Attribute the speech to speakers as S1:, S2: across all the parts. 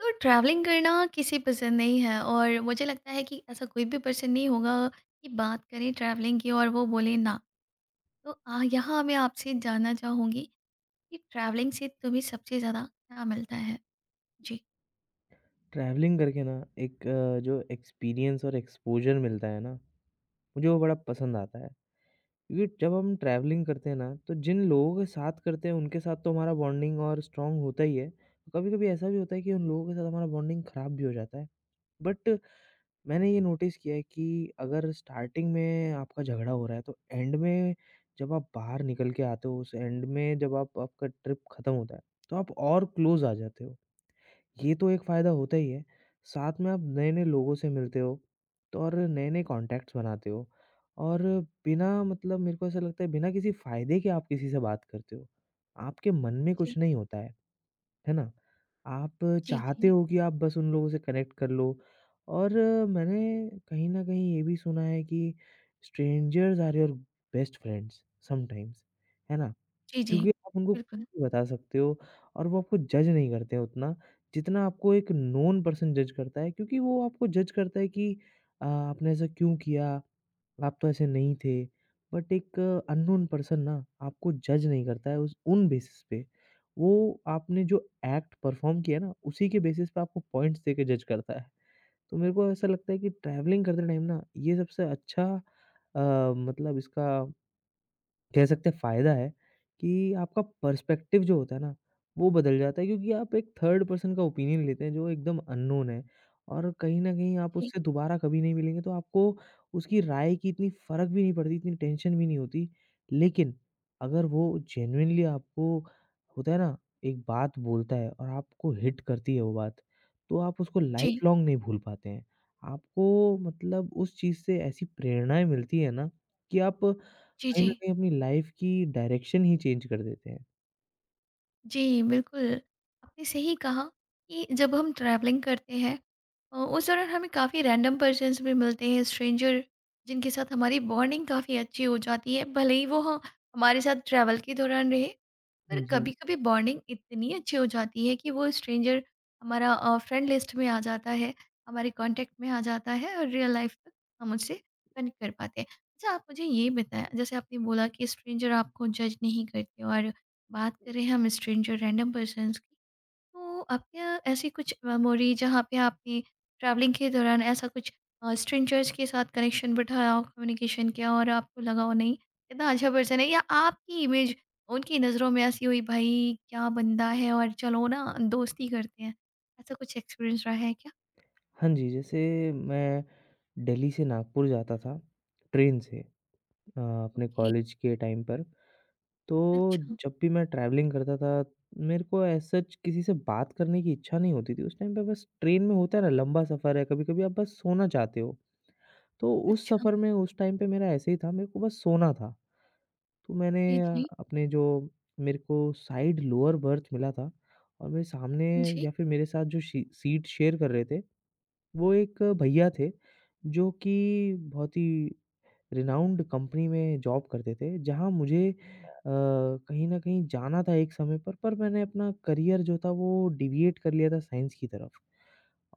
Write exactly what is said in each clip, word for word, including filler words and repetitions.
S1: तो ट्रैवलिंग करना किसे पसंद नहीं है और मुझे लगता है कि ऐसा कोई भी पर्सन नहीं होगा कि बात करें ट्रैवलिंग की और वो बोले ना। तो आ, यहाँ मैं आपसे जानना चाहूँगी कि ट्रैवलिंग से तुम्हें सबसे ज़्यादा क्या मिलता है। जी।
S2: ट्रैवलिंग करके ना, एक अ, जो एक्सपीरियंस और एक्सपोज़र मिलता है ना, मुझे वो बड़ा पसंद आता है। क्योंकि जब हम ट्रैवलिंग करते हैं ना, तो जिन लोगों के साथ करते हैं उनके साथ तो हमारा बॉन्डिंग और स्ट्रॉन्ग होता ही है। कभी-कभी ऐसा भी होता है कि उन लोगों के साथ हमारा बॉन्डिंग ख़राब भी हो जाता है। बट मैंने ये नोटिस किया है कि अगर स्टार्टिंग में आपका झगड़ा हो रहा है, तो एंड में जब आप बाहर निकल के आते हो, उस एंड में जब आप आपका ट्रिप ख़त्म होता है, तो आप और क्लोज़ आ जाते हो। ये तो एक फ़ायदा होता ही है, साथ में आप नए-नए लोगों से मिलते हो, तो और नए-नए कॉन्टैक्ट्स बनाते हो। और बिना मतलब, मेरे को ऐसा लगता है, बिना किसी फ़ायदे के आप किसी से बात करते हो। आपके मन में
S1: जी।
S2: कुछ नहीं होता है, है ना? आप
S1: जी।
S2: चाहते
S1: जी।
S2: हो कि आप बस उन लोगों से कनेक्ट कर लो। और मैंने कहीं न कहीं ये भी सुना है कि strangers are your best friends sometimes, है ना?
S1: जी। जी।
S2: क्योंकि आप उनको कुछ
S1: बिल्कुल।
S2: भी बता सकते हो और वो आपको जज नहीं करते हैं उतना, जितना आपको एक नोन पर्सन जज करता है, क्योंकि वो आपको जज करता है कि अ, आपने ऐसा क्यों किया? आप तो ऐसे नहीं थे। बट एक अननोन पर्सन ना, आपको जज नहीं करता है उस उन बेसिस पे। वो आपने जो एक्ट परफ़ॉर्म किया ना, उसी के बेसिस पे आपको पॉइंट्स देके जज करता है। तो मेरे को ऐसा लगता है कि ट्रैवलिंग करते टाइम ना, ये सबसे अच्छा अ, मतलब इसका कह सकते हैं फ़ायदा है कि आपका पर्सपेक्टिव जो होता है ना, वो बदल जाता है, क्योंकि आप एक थर्ड पर्सन का ओपिनियन लेते हैं जो एकदम अननोन है और कहीं न कहीं आप
S1: जी।
S2: उससे दोबारा कभी नहीं मिलेंगे, तो आपको उसकी राय की इतनी फ़र्क भी नहीं पड़ती, इतनी टेंशन भी नहीं होती। लेकिन अगर वो जेन्युइनली आपको होता है ना, एक बात बोलता है और आपको हिट करती है वो बात, तो आप उसको
S1: जी।
S2: लाइफ़ लॉन्ग नहीं भूल पाते हैं। आपको मतलब उस चीज़ से ऐसी प्रेरणाएँ मिलती है ना, कि आप
S1: जी।
S2: कहीं न
S1: जी।
S2: कहीं अपनी लाइफ़ की डायरेक्शन ही चेंज कर देते हैं।
S1: जी, बिल्कुल। आपने सही कहा कि जब हम ट्रैवलिंग करते हैं अ, उस दौरान हमें काफ़ी रैंडम पर्सन्स भी मिलते हैं, स्ट्रेंजर जिनके साथ हमारी बॉन्डिंग काफ़ी अच्छी हो जाती है। भले ही वो ह हमारे साथ ट्रैवल के दौरान रहे, पर
S2: जी।
S1: कभी-कभी बॉन्डिंग इतनी अच्छी हो जाती है कि वो स्ट्रेंजर हमारा अ, फ्रेंड लिस्ट में आ जाता है, हमारे कॉन्टैक्ट में आ जाता है और रियल लाइफ़ में हम उससे कनेक्ट कर पाते हैं। अच्छा, आप मुझे ये बताएँ जैसे आपने बोला कि स्ट्रेंजर आपको जज नहीं करते, और बात करें हम स्ट्रेंजर रैंडम पर्सन्स की, तो आपके यहाँ ऐसी कुछ मेमोरी जहाँ पे आपने ट्रैवलिंग के दौरान ऐसा कुछ स्ट्रेंजर्स के साथ कनेक्शन बिठाया हो, कम्युनिकेशन किया और आपको लगा हो नहीं कितना अच्छा पर्सन है, या आपकी इमेज उनकी नज़रों में ऐसी हुई भाई क्या बंदा है और चलो ना दोस्ती करते हैं, ऐसा कुछ एक्सपीरियंस रहा है क्या?
S2: हाँ जी, जैसे मैं दिल्ली से नागपुर जाता था ट्रेन से, अ, अपने
S1: ओके।
S2: कॉलेज के टाइम पर, तो
S1: अच्छा।
S2: जब भी मैं ट्रैवलिंग करता था, मेरे को एज़ सच किसी से बात करने की इच्छा नहीं होती थी। उस टाइम पे बस ट्रेन में होता है ना, लंबा सफ़र है, कभी-कभी आप बस सोना चाहते हो, तो उस
S1: अच्छा।
S2: सफ़र में उस टाइम पे मेरा ऐसे ही था, मेरे को बस सोना था। तो मैंने
S1: जी।
S2: अ,
S1: जी।
S2: अपने जो मेरे को साइड लोअर बर्थ मिला था और मेरे सामने
S1: जी।
S2: या फिर मेरे साथ जो शी सीट शेयर कर रहे थे, वो एक भैया थे, जो कि बहुत ही रिनाउंड कंपनी में जॉब करते थे, जहाँ मुझे अ, कहीं न कहीं जाना था एक समय पर, पर मैंने अपना करियर जो था वो डेविएट कर लिया था साइंस की तरफ।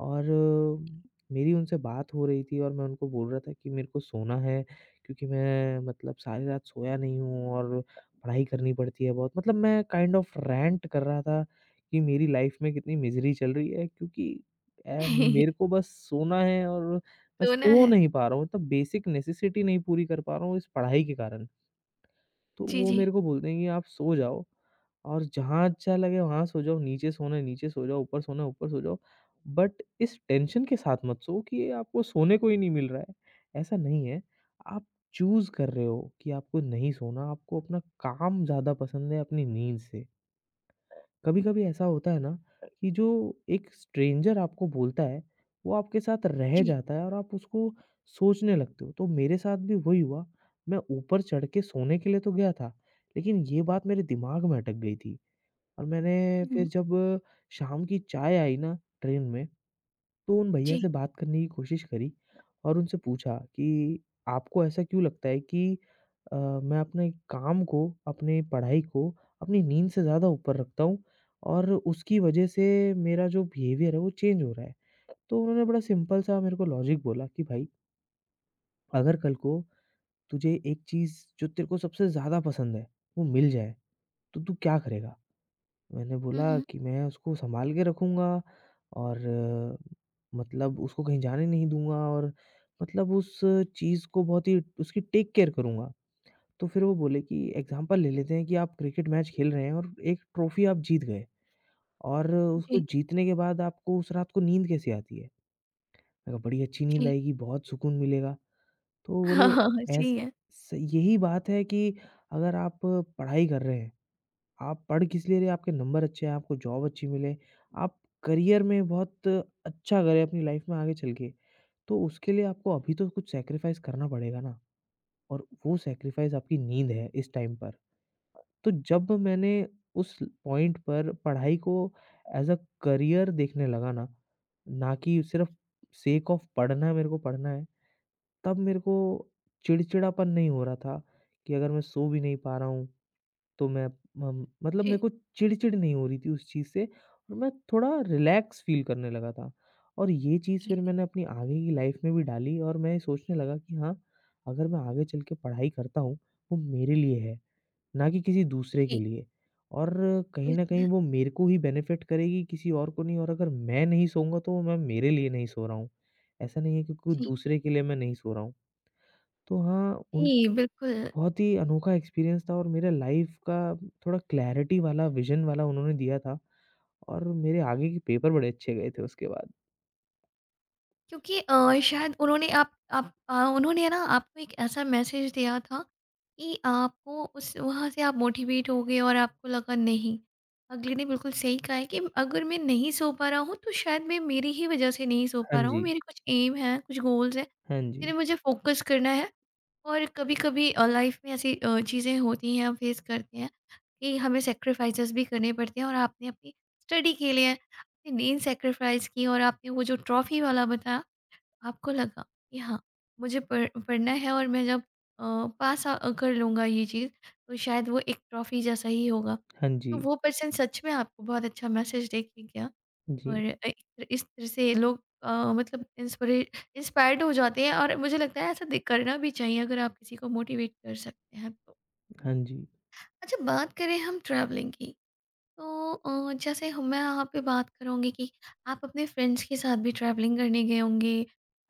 S2: और अ, मेरी उनसे बात हो रही थी और मैं उनको बोल रहा था कि मेरे को सोना है, क्योंकि मैं मतलब सारी रात सोया नहीं हूँ और पढ़ाई करनी पड़ती है बहुत। मतलब मैं काइंड ऑफ रैंट कर रहा था कि मेरी लाइफ़ में कितनी मिज़री चल रही है, क्योंकि ए, मेरे को बस सोना है और मैं
S1: सोना
S2: सो
S1: है।
S2: नहीं पा रहा हूँ, तो बेसिक नेसेसिटी नहीं पूरी कर पा रहा हूँ इस पढ़ाई के कारण। तो
S1: जी।
S2: वो
S1: जी।
S2: मेरे को बोलते हैं कि आप सो जाओ और जहाँ अच्छा लगे वहाँ सो जाओ, नीचे सोना है नीचे सो जाओ, ऊपर सोना है ऊपर सो जाओ। बट इस टेंशन के साथ मत सोओ कि ये आपको सोने को ही नहीं मिल रहा है, ऐसा नहीं है। आप चूज़ कर रहे हो कि आपको नहीं सोना, आपको अपना काम ज़्यादा पसंद है अपनी नींद से। कभी-कभी ऐसा होता है ना, कि जो एक स्ट्रेंजर आपको बोलता है, वो आपके साथ रह
S1: जी।
S2: जाता है और आप उसको सोचने लगते हो। तो मेरे साथ भी वही हुआ। मैं ऊपर चढ़ के सोने के लिए तो गया था, लेकिन ये बात मेरे दिमाग में अटक गई थी और मैंने
S1: हम्म।
S2: फिर जब शाम की चाय आई ना ट्रेन में, तो उन भैया
S1: जी।
S2: से बात करने की कोशिश करी और उनसे पूछा कि आपको ऐसा क्यों लगता है कि अ, मैं अपने काम को, अपनी पढ़ाई को, अपनी नींद से ज़्यादा ऊपर रखता हूँ और उसकी वजह से मेरा जो बिहेवियर है वो चेंज हो रहा है। तो उन्होंने बड़ा सिंपल सा मेरे को लॉजिक बोला कि भाई, अगर कल को तुझे एक चीज़ जो तेरे को सबसे ज़्यादा पसंद है, वो मिल जाए, तो तू क्या करेगा? मैंने बोला
S1: हम्म।
S2: कि मैं उसको सँभाल के रखूँगा और मतलब उसको कहीं जाने नहीं दूँगा और मतलब उस चीज़ को बहुत ही उसकी टेक केयर करूँगा। तो फिर वो बोले कि एग्ज़ाम्पल ले लेते हैं कि आप क्रिकेट मैच खेल रहे हैं और एक ट्रॉफ़ी आप जीत गए और उसको
S1: जी।
S2: जीतने के बाद आपको उस रात को नींद कैसी आती है? मैंने कहा बड़ी अच्छी नींद
S1: जी।
S2: आएगी, बहुत सुकून मिलेगा। तो वो
S1: हाँ,
S2: बोले
S1: हाँ, हाँ,
S2: ऐस
S1: सही है।
S2: स यही बात है कि अगर आप पढ़ाई कर रहे हैं, आप पढ़ किस लिए रहे हैं? आपके नंबर अच्छे आएँ, आपको जॉब अच्छी मिले, आप करियर में बहुत अच्छा करें अपनी लाइफ में आगे चल के, तो उसके लिए आपको अभी तो कुछ सैक्रिफाइस करना पड़ेगा ना, और वो सैक्रिफाइस आपकी नींद है इस टाइम पर। तो जब मैंने उस पॉइंट पर पढ़ाई को एज़ अ करियर देखने लगा ना, ना कि सिर्फ़ सेक ऑफ पढ़ना है, मेरे को पढ़ना है, तब मेरे को चिड़चिड़ापन नहीं हो रहा था कि अगर मैं सो भी नहीं पा रहा हूँ, तो मैं म मतलब मेरे
S1: जी,
S2: को चिड़-चिड़ नहीं हो रही थी उस चीज़ से और मैं थोड़ा रिलैक्स फ़ील करने लगा था। और ये चीज़
S1: जी,
S2: फिर मैंने अपनी आगे की लाइफ़ में भी डाली और मैं सोचने लगा कि हाँ, अगर मैं आगे चल के पढ़ाई करता हूँ, वो मेरे लिए है, ना कि किसी दूसरे के
S1: जी,
S2: लिए। और कहीं न कहीं
S1: बिल्कुल।
S2: वो मेरे को ही बेनिफ़िट करेगी, किसी और को नहीं, और अगर मैं नहीं सोऊँगा तो मैं मेरे लिए नहीं सो रहा हूँ। ऐसा नहीं है कि कोई
S1: जी।
S2: दूसरे के लिए मैं नहीं सो रहा हूँ। तो हाँ, उन
S1: जी, बिल्कुल।
S2: बहुत ही अनोखा एक्सपीरियंस था और मेरे लाइफ का थोड़ा क्लैरिटी वाला विज़न वाला उन्होंने दिया था और मेरे आगे के पेपर बड़े अच्छे गए थे उसके बाद।
S1: क्योंकि अ, शायद उन्होंने आप आप अ, उन्होंने ना आपको एक ऐसा मैसेज दिया था कि आपको उस वहाँ से आप मोटिवेट हो गए और आपको लगा नहीं, अगले ने बिल्कुल सही कहा है कि अगर मैं नहीं सो पा रहा हूँ, तो शायद मैं मेरी ही वज़ह से नहीं सो
S2: हाँ
S1: पा रहा हूँ।
S2: जी,
S1: मेरे कुछ एम हैं, कुछ गोल्स हैं,
S2: हाँ जी,
S1: जिन्हें मुझे फ़ोकस करना है। और कभी-कभी अ, लाइफ में ऐसी अ, चीज़ें होती हैं, हम फेस करते हैं कि हमें सैक्रिफाइसेस भी करने पड़ते हैं और आपने अपनी स्टडी के लिए अपनी नींद सैक्रिफाइस की, और आपने वो जो ट्रॉफ़ी वाला बताया, आपको लगा कि हाँ, मुझे पढ़ पढ़ना है और मैं जब अ, पास अ, कर लूँगा ये चीज़, तो शायद वो एक ट्रॉफ़ी जैसा ही होगा।
S2: हाँ
S1: तो
S2: जी,
S1: वो पर्सन सच में आपको बहुत अच्छा मैसेज दे के गया। और
S2: जी,
S1: अ, इस तरह से लोग अ, मतलब इंस्पिरे इंस्पायर्ड हो जाते हैं और मुझे लगता है ऐसा दे- करना भी चाहिए, अगर आप किसी को मोटिवेट कर सकते हैं तो।
S2: हाँ जी।
S1: अच्छा, बात करें हम ट्रैवलिंग की, तो अ, जैसे हम मैं यहाँ पे बात करूँगी कि आप अपने फ्रेंड्स के साथ भी ट्रैवलिंग करने गए होंगे,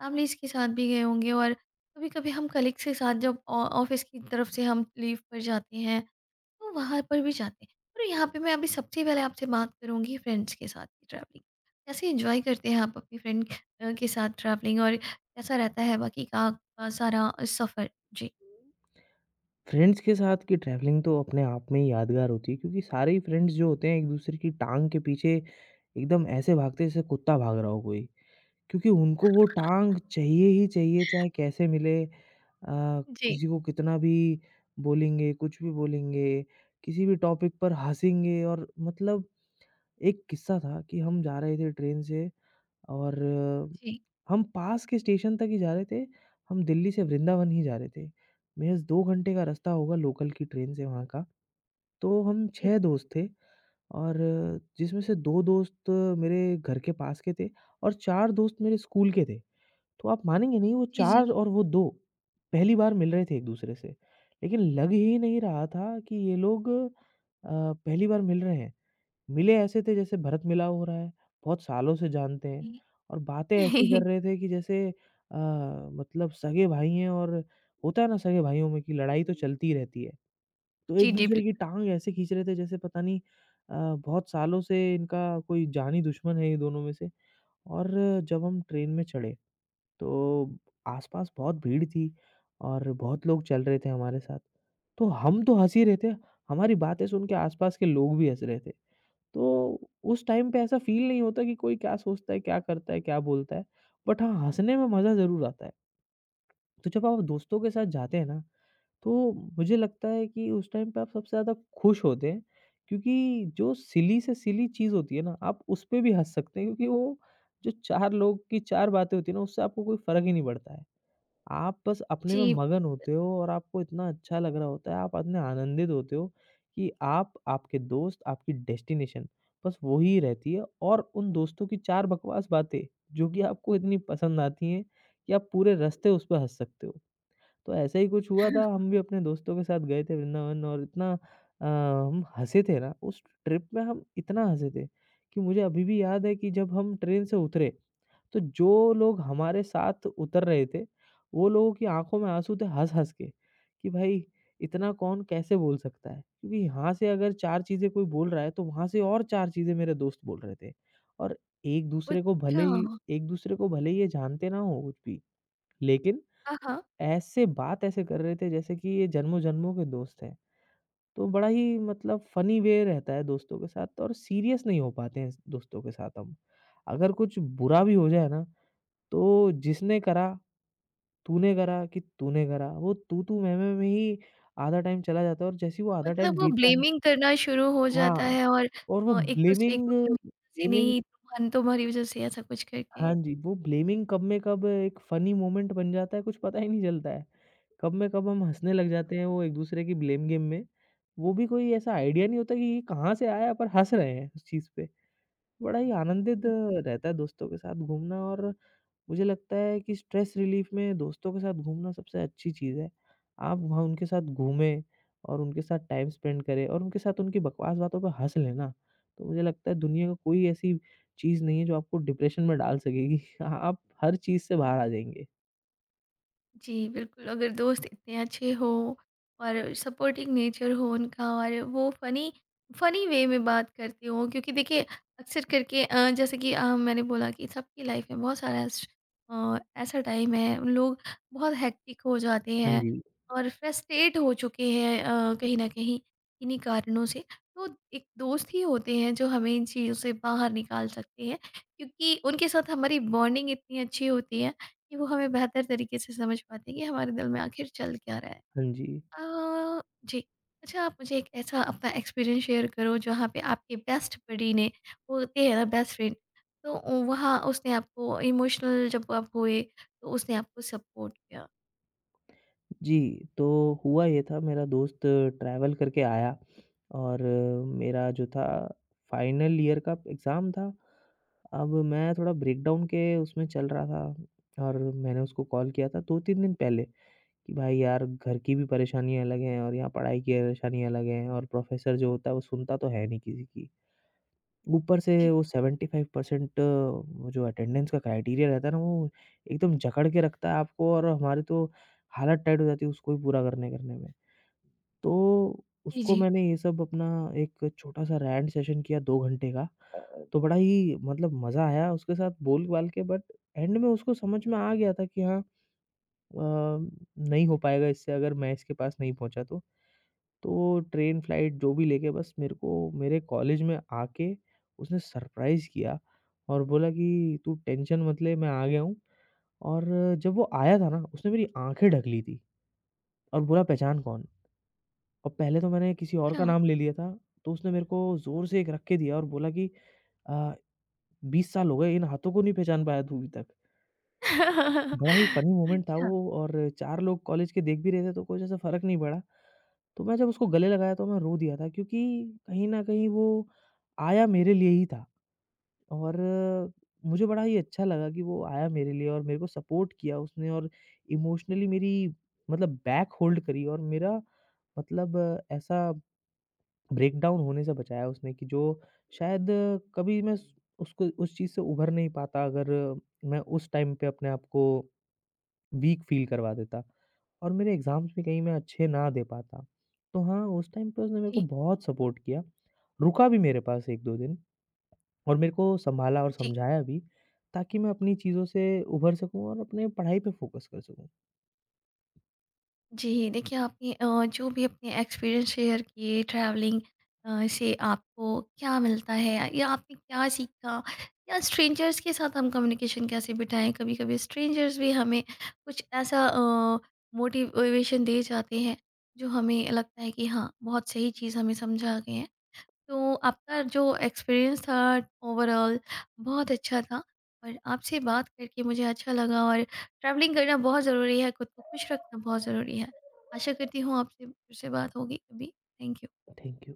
S1: फैमिलीज के साथ भी गए होंगे, और कभी कभी हम कलीग्स के साथ जब ऑफिस की तरफ से हम लीव पर जाते हैं तो वहाँ पर भी जाते हैं। पर यहाँ पे मैं अभी सबसे पहले आपसे बात करूँगी फ्रेंड्स के साथ की ट्रैवलिंग। कैसे एन्जॉय करते हैं आप अपनी फ्रेंड अ, के साथ ट्रैवलिंग, और कैसा रहता है बाकी का का सारा सफ़र? जी।
S2: फ्रेंड्स के साथ की ट्रैवलिंग तो अपने आप में ही यादगार होती है, क्योंकि सारे ही फ्रेंड्स जो होते हैं एक-दूसरे की टाँग के पीछे एकदम ऐसे भागते हैं जैसे कुत्ता भाग रहा हो कोई। क्योंकि उनको वो टाँग चाहिए ही चाहिए, चाहे कैसे मिले। अ,
S1: जी,
S2: किसी को कितना भी बोलेंगे, कुछ भी बोलेंगे, किसी भी टॉपिक पर हँसेंगे और मतलब एक किस्सा था कि हम जा रहे थे ट्रेन से और अ,
S1: जी,
S2: हम पास के स्टेशन तक ही जा रहे थे, हम दिल्ली से वृंदावन ही जा रहे थे। महज़ दो घंटे का रास्ता होगा लोकल की ट्रेन से वहाँ का। तो हम
S1: जी,
S2: छह दोस्त थे और अ, जिसमें से दो दोस्त मेरे घर के पास के थे और चार दोस्त मेरे स्कूल के थे। तो आप मानेंगे नहीं, वो
S1: जी, जी।
S2: चार और वो दो पहली बार मिल रहे थे एक-दूसरे से। लेकिन लग ही नहीं रहा था कि ये लोग अ, पहली बार मिल रहे हैं। मिले ऐसे थे जैसे भरत-मिलाव हो रहा है, बहुत सालों से जानते हैं,
S1: जी।
S2: और बातें ऐसी कर रहे थे कि जैसे अ, मतलब सगे भाई हैं, और होता है ना सगे भाइयों में कि लड़ाई तो चलती ही रहती है। तो
S1: जी, जी,
S2: एक-दूसरे की
S1: बिल्कुल।
S2: टाँग ऐसे खींच रहे थे जैसे पता नहीं अ, बहुत सालों से इनका कोई जानी दुश्मन है ये दोनों में से। और जब हम ट्रेन में चढ़े तो आस-पास बहुत भीड़ थी और बहुत लोग चल रहे थे हमारे साथ। तो हम तो हँस ही रहे थे, हमारी बातें सुन के आस-पास के लोग भी हँस रहे थे। तो उस टाइम पे ऐसा फ़ील नहीं होता कि कोई क्या सोचता है, क्या करता है, क्या बोलता है। बट हाँ, हँसने में मज़ा ज़रूर आता है। तो जब आप दोस्तों के साथ जाते हैं ना, तो मुझे लगता है कि उस टाइम पे आप सबसे ज़्यादा खुश होते हैं, क्योंकि जो सिली से सिली चीज़ होती है ना, आप उस पे भी हँस सकते हैं, क्योंकि वो जो चार लोग की चार बातें होती हैं ना, उससे आपको कोई फ़र्क ही नहीं पड़ता है। आप बस अपने में
S1: जी,
S2: मगन होते हो और आपको इतना अच्छा लग रहा होता है, आप इतने आनंदित होते हो कि आप, आपके दोस्त, आपकी डेस्टिनेशन, बस वो ही रहती है, और उन दोस्तों की चार बकवास बातें, जो कि आपको इतनी पसंद आती हैं कि आप पूरे रास्ते उस पे हँस सकते हो। तो ऐसा ही कुछ हुआ था, हम भी अपने दोस्तों के साथ गए थे वृंदावन, और इतना अ, हम हँसे थे ना, उस ट्रिप में हम इतना हँसे थे कि मुझे अभी भी याद है कि जब हम ट्रेन से उतरे, तो जो लोग हमारे साथ उतर रहे थे, वो लोगों की आँखों में आँसू थे हँस-हँस के, कि भाई इतना कौन कैसे बोल सकता है? क्योंकि यहाँ से अगर चार चीज़ें कोई बोल रहा है, तो वहाँ से और चार चीज़ें मेरे दोस्त बोल रहे थे। और एक-दूसरे को भले
S1: अच्छा।
S2: ही एक-दूसरे को भले ही ये जानते ना हों कुछ भी, लेकिन
S1: हाँ, हाँ।
S2: ऐसे बात ऐसे कर रहे थे जैसे कि ये जन्मों-जन्मों के दोस्त हैं। तो बड़ा ही मतलब फ़नी वे रहता है दोस्तों के साथ, और सीरियस नहीं हो पाते हैं दोस्तों के साथ हम। अगर कुछ बुरा भी हो जाए ना, तो जिसने करा, तूने करा कि तूने करा, वो तू-तू, मैं-मैं में ही आधा टाइम चला जाता है। और जैसे ही वो आधा
S1: मतलब
S2: टाइम
S1: वो
S2: बीतता ना।
S1: ब्लेमिंग करना शुरू हो जाता
S2: हाँ।
S1: है और
S2: और वो
S1: अ, एक-दूसरे
S2: ब्लेमिंग
S1: को कि मेरी वज़ह से
S2: ब्लेमिंग।
S1: नहीं, तुम तुम्हारी वज़ह से ऐसा कुछ करके।
S2: हाँ जी, वो ब्लेमिंग कब में कब एक फनी मोमेंट बन जाता है, कुछ पता ही नहीं चलता है। कब में कब हम हँसने लग जाते हैं वो एक-दूसरे की ब्लेम गेम में, वो भी कोई ऐसा आइडिया नहीं होता कि ये कहाँ से आया, पर हँस रहे हैं उस चीज़ पे। बड़ा ही आनंदित रहता है दोस्तों के साथ घूमना। और मुझे लगता है कि स्ट्रेस रिलीफ़ में दोस्तों के साथ घूमना सबसे अच्छी चीज़ है। आप वहाँ उनके साथ घूमें और उनके साथ टाइम स्पेंड करें और उनके साथ उनकी बकवास बातों पे हँस लें ना, तो मुझे लगता है दुनिया की कोई ऐसी चीज़ नहीं है जो आपको डिप्रेशन में डाल सकेगी। आप हर चीज़ से बाहर आ जाएँगे।
S1: जी, बिल्कुल, अगर दोस्त इतने अच्छे हो और सपोर्टिव नेचर हो उनका और वो फ़नी फ़नी वे में बात करते हो, क्योंकि देखिए अक्सर करके अ, जैसे कि अ, मैंने बोला कि सबकी लाइफ़ में बहुत सारा स अ, ऐसा टाइम है, लोग बहुत हेक्टिक हो जाते
S2: हाँ
S1: हैं
S2: जी,
S1: और फ्रस्ट्रेट हो चुके हैं अ, कहीं न कहीं इन्हीं कारणों से। तो एक दोस्त ही होते हैं जो हमें इन चीज़ों से बाहर निकाल सकते हैं, क्योंकि उनके साथ हमारी बॉन्डिंग इतनी अच्छी होती है कि वो हमें बेहतर तरीके से समझ पाते हैं कि हमारे दिल में आखिर चल क्या रहा है।
S2: हाँ जी।
S1: अ, जी। अच्छा, आप मुझे एक ऐसा अपना एक्सपीरियंस शेयर करो जहाँ पे आपके बेस्ट बडी ने, होते हैं ना बेस्ट फ्रेंड, तो उ वहाँ उसने आपको इमोशनल जब आप हुए तो उसने आपको सपोर्ट किया?
S2: जी, तो हुआ ये था, मेरा दोस्त ट्रैवल करके आया, और मेरा जो था फाइनल ईयर का एग्ज़ाम था। अब मैं थोड़ा ब्रेकडाउन के उसमें चल रहा था, और मैंने उसको कॉल किया था दो तीन दिन पहले कि भाई यार, घर की भी परेशानियाँ अलग हैं और यहाँ पढ़ाई की परेशानियाँ अलग हैं, और प्रोफ़ेसर जो होता है वो सुनता तो है नहीं किसी की। ऊपर से
S1: जी।
S2: वो सेवेंटी फ़ाइव परसेंट वो जो अटेंडेंस का क्राइटेरिया रहता है ना, वो एकदम जकड़ के रखता है आपको, और हमारी तो हालत टाइट हो जाती है उसको भी पूरा करने करने में। तो
S1: जी,
S2: उसको
S1: जी।
S2: मैंने ये सब अपना एक छोटा-सा रैंट सेशन किया दो घंटे का। तो बड़ा ही मतलब मज़ा आया उसके साथ बोल-बाल के, बट एंड में उसको समझ में आ गया था कि हाँ अ, नहीं हो पाएगा इससे अगर मैं इसके पास नहीं पहुँचा तो। तो ट्रेन, फ्लाइट जो भी लेके बस मेरे को मेरे कॉलेज में आके उसने सरप्राइज़ किया, और बोला कि तू टेंशन मत ले, मैं आ गया हूँ। और जब वो आया था ना उसने मेरी आँखें ढक ली थी और बोला, पहचान कौन? और पहले तो मैंने किसी और का
S1: अच्छा।
S2: नाम ले लिया था, तो उसने मेरे को ज़ोर से एक रख के दिया और बोला कि अ, बीस साल हो गए इन हाथों को, नहीं पहचान पाया तू अभी तक। बड़ा ही फ़नी मोमेंट था
S1: अच्छा,
S2: वो, और चार लोग कॉलेज के देख भी रहे थे तो कुछ ऐसा फ़र्क नहीं पड़ा। तो मैं जब उसको गले लगाया तो मैं रो दिया था, क्योंकि कहीं न कहीं वो आया मेरे लिए ही था, और मुझे बड़ा ही अच्छा लगा कि वो आया मेरे लिए और मेरे को सपोर्ट किया उसने, और इमोशनली मेरी मतलब बैक होल्ड करी, और मेरा मतलब ऐसा ब्रेकडाउन होने से बचाया उसने कि जो शायद कभी मैं उस उसको उस चीज़ से उभर नहीं पाता अगर मैं उस टाइम पे अपने आप को वीक फ़ील करवा देता, और मेरे एग्ज़ाम्स भी कहीं मैं अच्छे ना दे पाता। तो हाँ, उस टाइम पे उसने मेरे को
S1: जी,
S2: बहुत सपोर्ट किया, रुका भी मेरे पास एक दो दिन, और मेरे को सँभाला और
S1: जी।
S2: समझाया भी ताकि मैं अपनी चीज़ों से उभर सकूँ और अपने पढ़ाई पे फ़ोकस कर सकूँ।
S1: जी, देखिए आपने अ, जो भी अपने एक्सपीरियंस शेयर किए ट्रैवलिंग अ, से, आपको क्या मिलता है या आपने क्या सीखा, या स्ट्रेंजर्स के साथ हम कम्युनिकेशन कैसे बिठाएँ? कभी-कभी स्ट्रेंजर्स भी हमें कुछ ऐसा अ, मोटिवेशन दे जाते हैं, जो हमें लगता है कि हाँ, बहुत सही चीज़ हमें समझा गए हैं। तो आपका जो एक्सपीरियंस था ओवरऑल बहुत अच्छा था, और आपसे बात करके मुझे अच्छा लगा। और ट्रैवलिंग करना बहुत ज़रूरी है, खुद को खुश रखना बहुत ज़रूरी है। आशा करती हूँ आपसे फिर से बात होगी कभी। Thank you.
S2: Thank you.